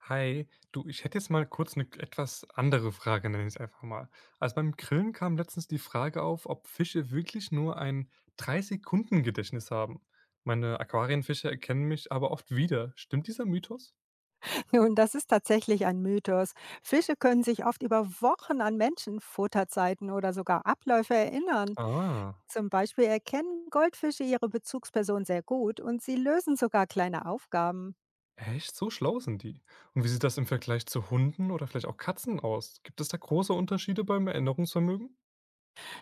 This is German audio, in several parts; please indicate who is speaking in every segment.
Speaker 1: Hi, du, ich hätte jetzt mal kurz eine etwas andere Frage, nenne ich es einfach mal. Also, beim Grillen kam letztens die Frage auf, ob Fische wirklich nur ein 3 Sekunden Gedächtnis haben. Meine Aquarienfische erkennen mich aber oft wieder. Stimmt dieser Mythos?
Speaker 2: Nun, das ist tatsächlich ein Mythos. Fische können sich oft über Wochen an Menschen, Futterzeiten oder sogar Abläufe erinnern.
Speaker 1: Ah,
Speaker 2: Zum Beispiel erkennen Goldfische ihre Bezugsperson sehr gut und sie lösen sogar kleine Aufgaben.
Speaker 1: echt? So schlau sind die. Und wie sieht das im Vergleich zu Hunden oder vielleicht auch Katzen aus? Gibt es da große Unterschiede beim Erinnerungsvermögen?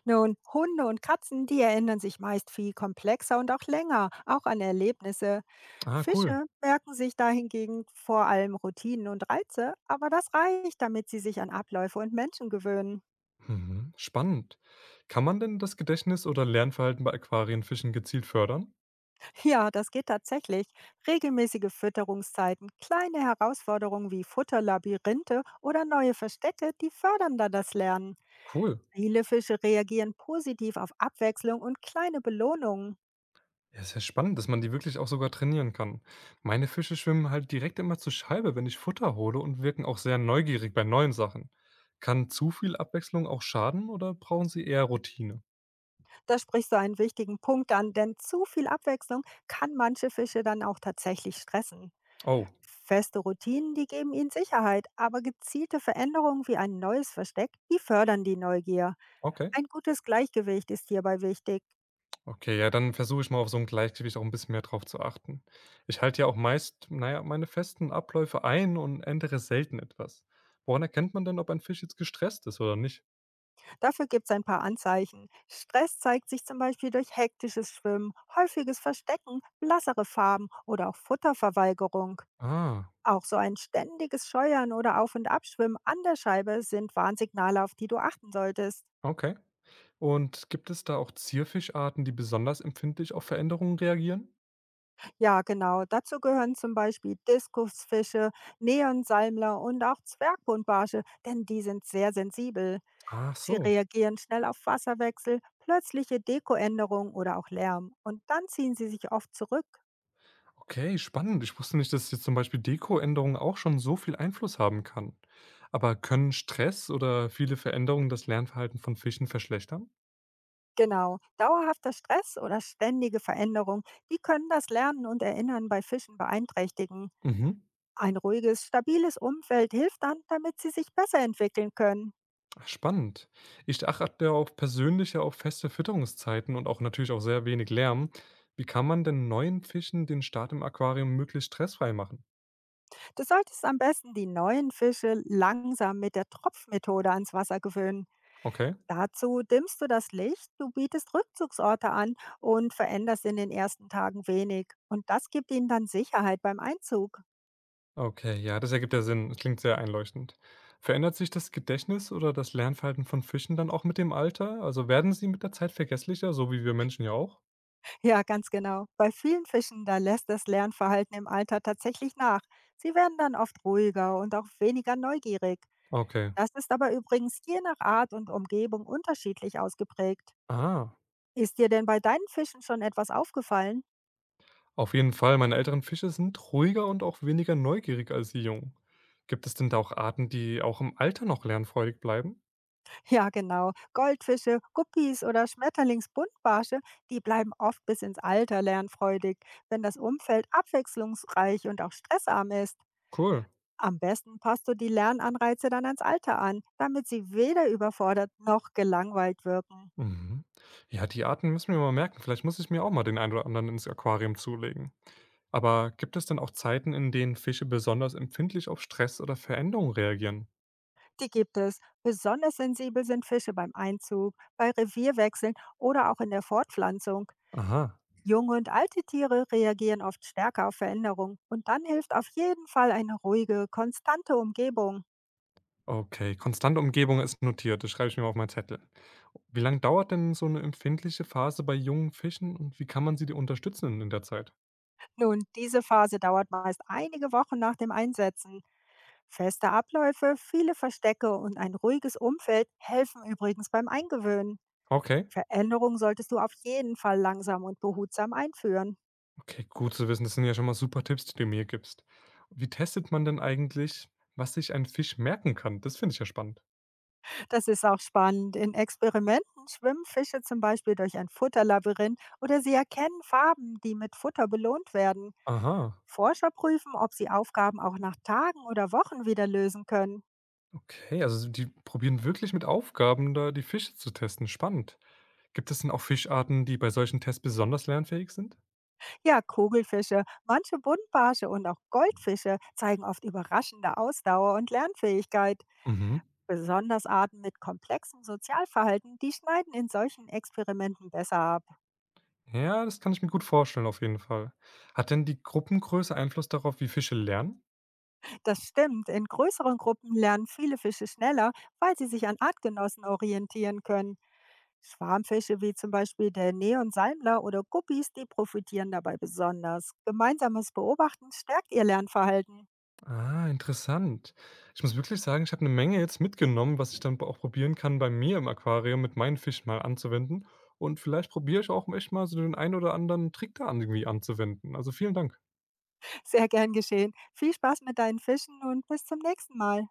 Speaker 2: Nun, Hunde und Katzen, die erinnern sich meist viel komplexer und auch länger, auch an Erlebnisse.
Speaker 1: Ah, cool.
Speaker 2: Fische merken sich dahingegen vor allem Routinen und Reize, aber das reicht, damit sie sich an Abläufe und Menschen gewöhnen.
Speaker 1: Mhm, spannend. Kann man denn das Gedächtnis oder Lernverhalten bei Aquarienfischen gezielt fördern?
Speaker 2: Ja, das geht tatsächlich. Regelmäßige Fütterungszeiten, kleine Herausforderungen wie Futterlabyrinthe oder neue Verstecke, die fördern da das Lernen.
Speaker 1: Cool.
Speaker 2: Viele Fische reagieren positiv auf Abwechslung und kleine Belohnungen.
Speaker 1: Ja, ist ja spannend, dass man die wirklich auch sogar trainieren kann. Meine Fische schwimmen halt direkt immer zur Scheibe, wenn ich Futter hole und wirken auch sehr neugierig bei neuen Sachen. Kann zu viel Abwechslung auch schaden oder brauchen sie eher Routine?
Speaker 2: Da sprichst du einen wichtigen Punkt an, denn zu viel Abwechslung kann manche Fische dann auch tatsächlich stressen.
Speaker 1: Oh,
Speaker 2: Feste Routinen, die geben ihnen Sicherheit, aber gezielte Veränderungen wie ein neues Versteck, die fördern die Neugier.
Speaker 1: okay.
Speaker 2: Ein gutes Gleichgewicht ist hierbei wichtig.
Speaker 1: Okay, ja, dann versuche ich mal auf so ein Gleichgewicht auch ein bisschen mehr drauf zu achten. Ich halte ja auch meist, naja, meine festen Abläufe ein und ändere selten etwas. Woran erkennt man denn, ob ein Fisch jetzt gestresst ist oder nicht?
Speaker 2: Dafür gibt es ein paar Anzeichen. Stress zeigt sich zum Beispiel durch hektisches Schwimmen, häufiges Verstecken, blassere Farben oder auch Futterverweigerung.
Speaker 1: Ah,
Speaker 2: Auch so ein ständiges Scheuern oder Auf- und Abschwimmen an der Scheibe sind Warnsignale, auf die du achten solltest.
Speaker 1: okay. Und gibt es da auch Zierfischarten, die besonders empfindlich auf Veränderungen reagieren?
Speaker 2: Ja, genau. Dazu gehören zum Beispiel Diskusfische, Neonsalmler und auch Zwergbuntbarsche, denn die sind sehr sensibel.
Speaker 1: Ach
Speaker 2: Sie
Speaker 1: so.
Speaker 2: reagieren schnell auf Wasserwechsel, plötzliche Dekoänderungen oder auch Lärm und dann ziehen sie sich oft zurück.
Speaker 1: Okay, spannend. Ich wusste nicht, dass jetzt zum Beispiel Dekoänderungen auch schon so viel Einfluss haben kann. Aber können Stress oder viele Veränderungen das Lernverhalten von Fischen verschlechtern?
Speaker 2: Genau, dauerhafter Stress oder ständige Veränderung, die können das Lernen und Erinnern bei Fischen beeinträchtigen.
Speaker 1: Mhm.
Speaker 2: Ein ruhiges, stabiles Umfeld hilft dann, damit sie sich besser entwickeln können.
Speaker 1: Ach, spannend. Ich achte auch persönlich ja auf feste Fütterungszeiten und auch natürlich auch sehr wenig Lärm. Wie kann man denn neuen Fischen den Start im Aquarium möglichst stressfrei machen?
Speaker 2: Du solltest am besten die neuen Fische langsam mit der Tropfmethode ans Wasser gewöhnen.
Speaker 1: Okay.
Speaker 2: Dazu dimmst du das Licht, du bietest Rückzugsorte an und veränderst in den ersten Tagen wenig. Und das gibt ihnen dann Sicherheit beim Einzug.
Speaker 1: Okay, ja, das ergibt ja Sinn. Das klingt sehr einleuchtend. Verändert sich das Gedächtnis oder das Lernverhalten von Fischen dann auch mit dem Alter? Also werden sie mit der Zeit vergesslicher, so wie wir Menschen ja auch?
Speaker 2: Ja, ganz genau. Bei vielen Fischen, da lässt das Lernverhalten im Alter tatsächlich nach. Sie werden dann oft ruhiger und auch weniger neugierig.
Speaker 1: Okay.
Speaker 2: Das ist aber übrigens je nach Art und Umgebung unterschiedlich ausgeprägt.
Speaker 1: Ah,
Speaker 2: Ist dir denn bei deinen Fischen schon etwas aufgefallen?
Speaker 1: auf jeden Fall. Meine älteren Fische sind ruhiger und auch weniger neugierig als die Jungen. Gibt es denn da auch Arten, die auch im Alter noch lernfreudig bleiben?
Speaker 2: Ja, genau. Goldfische, Guppies oder Schmetterlingsbuntbarsche, die bleiben oft bis ins Alter lernfreudig, wenn das Umfeld abwechslungsreich und auch stressarm ist.
Speaker 1: Cool.
Speaker 2: Am besten passt du die Lernanreize dann ans Alter an, damit sie weder überfordert noch gelangweilt wirken.
Speaker 1: Mhm. Ja, die Arten müssen wir mir mal merken. Vielleicht muss ich mir auch mal den einen oder anderen ins Aquarium zulegen. Aber gibt es denn auch Zeiten, in denen Fische besonders empfindlich auf Stress oder Veränderungen reagieren?
Speaker 2: Die gibt es. Besonders sensibel sind Fische beim Einzug, bei Revierwechseln oder auch in der Fortpflanzung.
Speaker 1: Aha.
Speaker 2: Junge und alte Tiere reagieren oft stärker auf Veränderungen und dann hilft auf jeden Fall eine ruhige, konstante Umgebung.
Speaker 1: Okay, konstante Umgebung ist notiert. Das schreibe ich mir mal auf meinen Zettel. Wie lange dauert denn so eine empfindliche Phase bei jungen Fischen und wie kann man sie unterstützen in der Zeit?
Speaker 2: Nun, diese Phase dauert meist einige Wochen nach dem Einsetzen. Feste Abläufe, viele Verstecke und ein ruhiges Umfeld helfen übrigens beim Eingewöhnen.
Speaker 1: Okay,
Speaker 2: Veränderung solltest du auf jeden Fall langsam und behutsam einführen.
Speaker 1: okay, gut zu wissen. Das sind ja schon mal super Tipps, die du mir gibst. Wie testet man denn eigentlich, was sich ein Fisch merken kann? Das finde ich ja spannend.
Speaker 2: Das ist auch spannend. In Experimenten schwimmen Fische zum Beispiel durch ein Futterlabyrinth oder sie erkennen Farben, die mit Futter belohnt werden.
Speaker 1: Aha,
Speaker 2: Forscher prüfen, ob sie Aufgaben auch nach Tagen oder Wochen wieder lösen können.
Speaker 1: okay, also die probieren wirklich mit Aufgaben da die Fische zu testen. Spannend. Gibt es denn auch Fischarten, die bei solchen Tests besonders lernfähig sind?
Speaker 2: Ja, Kugelfische, manche Buntbarsche und auch Goldfische zeigen oft überraschende Ausdauer und Lernfähigkeit.
Speaker 1: Mhm.
Speaker 2: Besonders Arten mit komplexem Sozialverhalten, die schneiden in solchen Experimenten besser ab.
Speaker 1: Ja, das kann ich mir gut vorstellen, auf jeden Fall. Hat denn die Gruppengröße Einfluss darauf, wie Fische lernen?
Speaker 2: Das stimmt. In größeren Gruppen lernen viele Fische schneller, weil sie sich an Artgenossen orientieren können. Schwarmfische wie zum Beispiel der Neonsalmler oder Guppies, die profitieren dabei besonders. Gemeinsames Beobachten stärkt ihr Lernverhalten.
Speaker 1: Ah, interessant. Ich muss wirklich sagen, ich habe eine Menge jetzt mitgenommen, was ich dann auch probieren kann, bei mir im Aquarium mit meinen Fischen mal anzuwenden. Und vielleicht probiere ich auch echt mal so den einen oder anderen Trick da irgendwie anzuwenden. Also vielen Dank.
Speaker 2: Sehr gern geschehen. Viel Spaß mit deinen Fischen und bis zum nächsten Mal.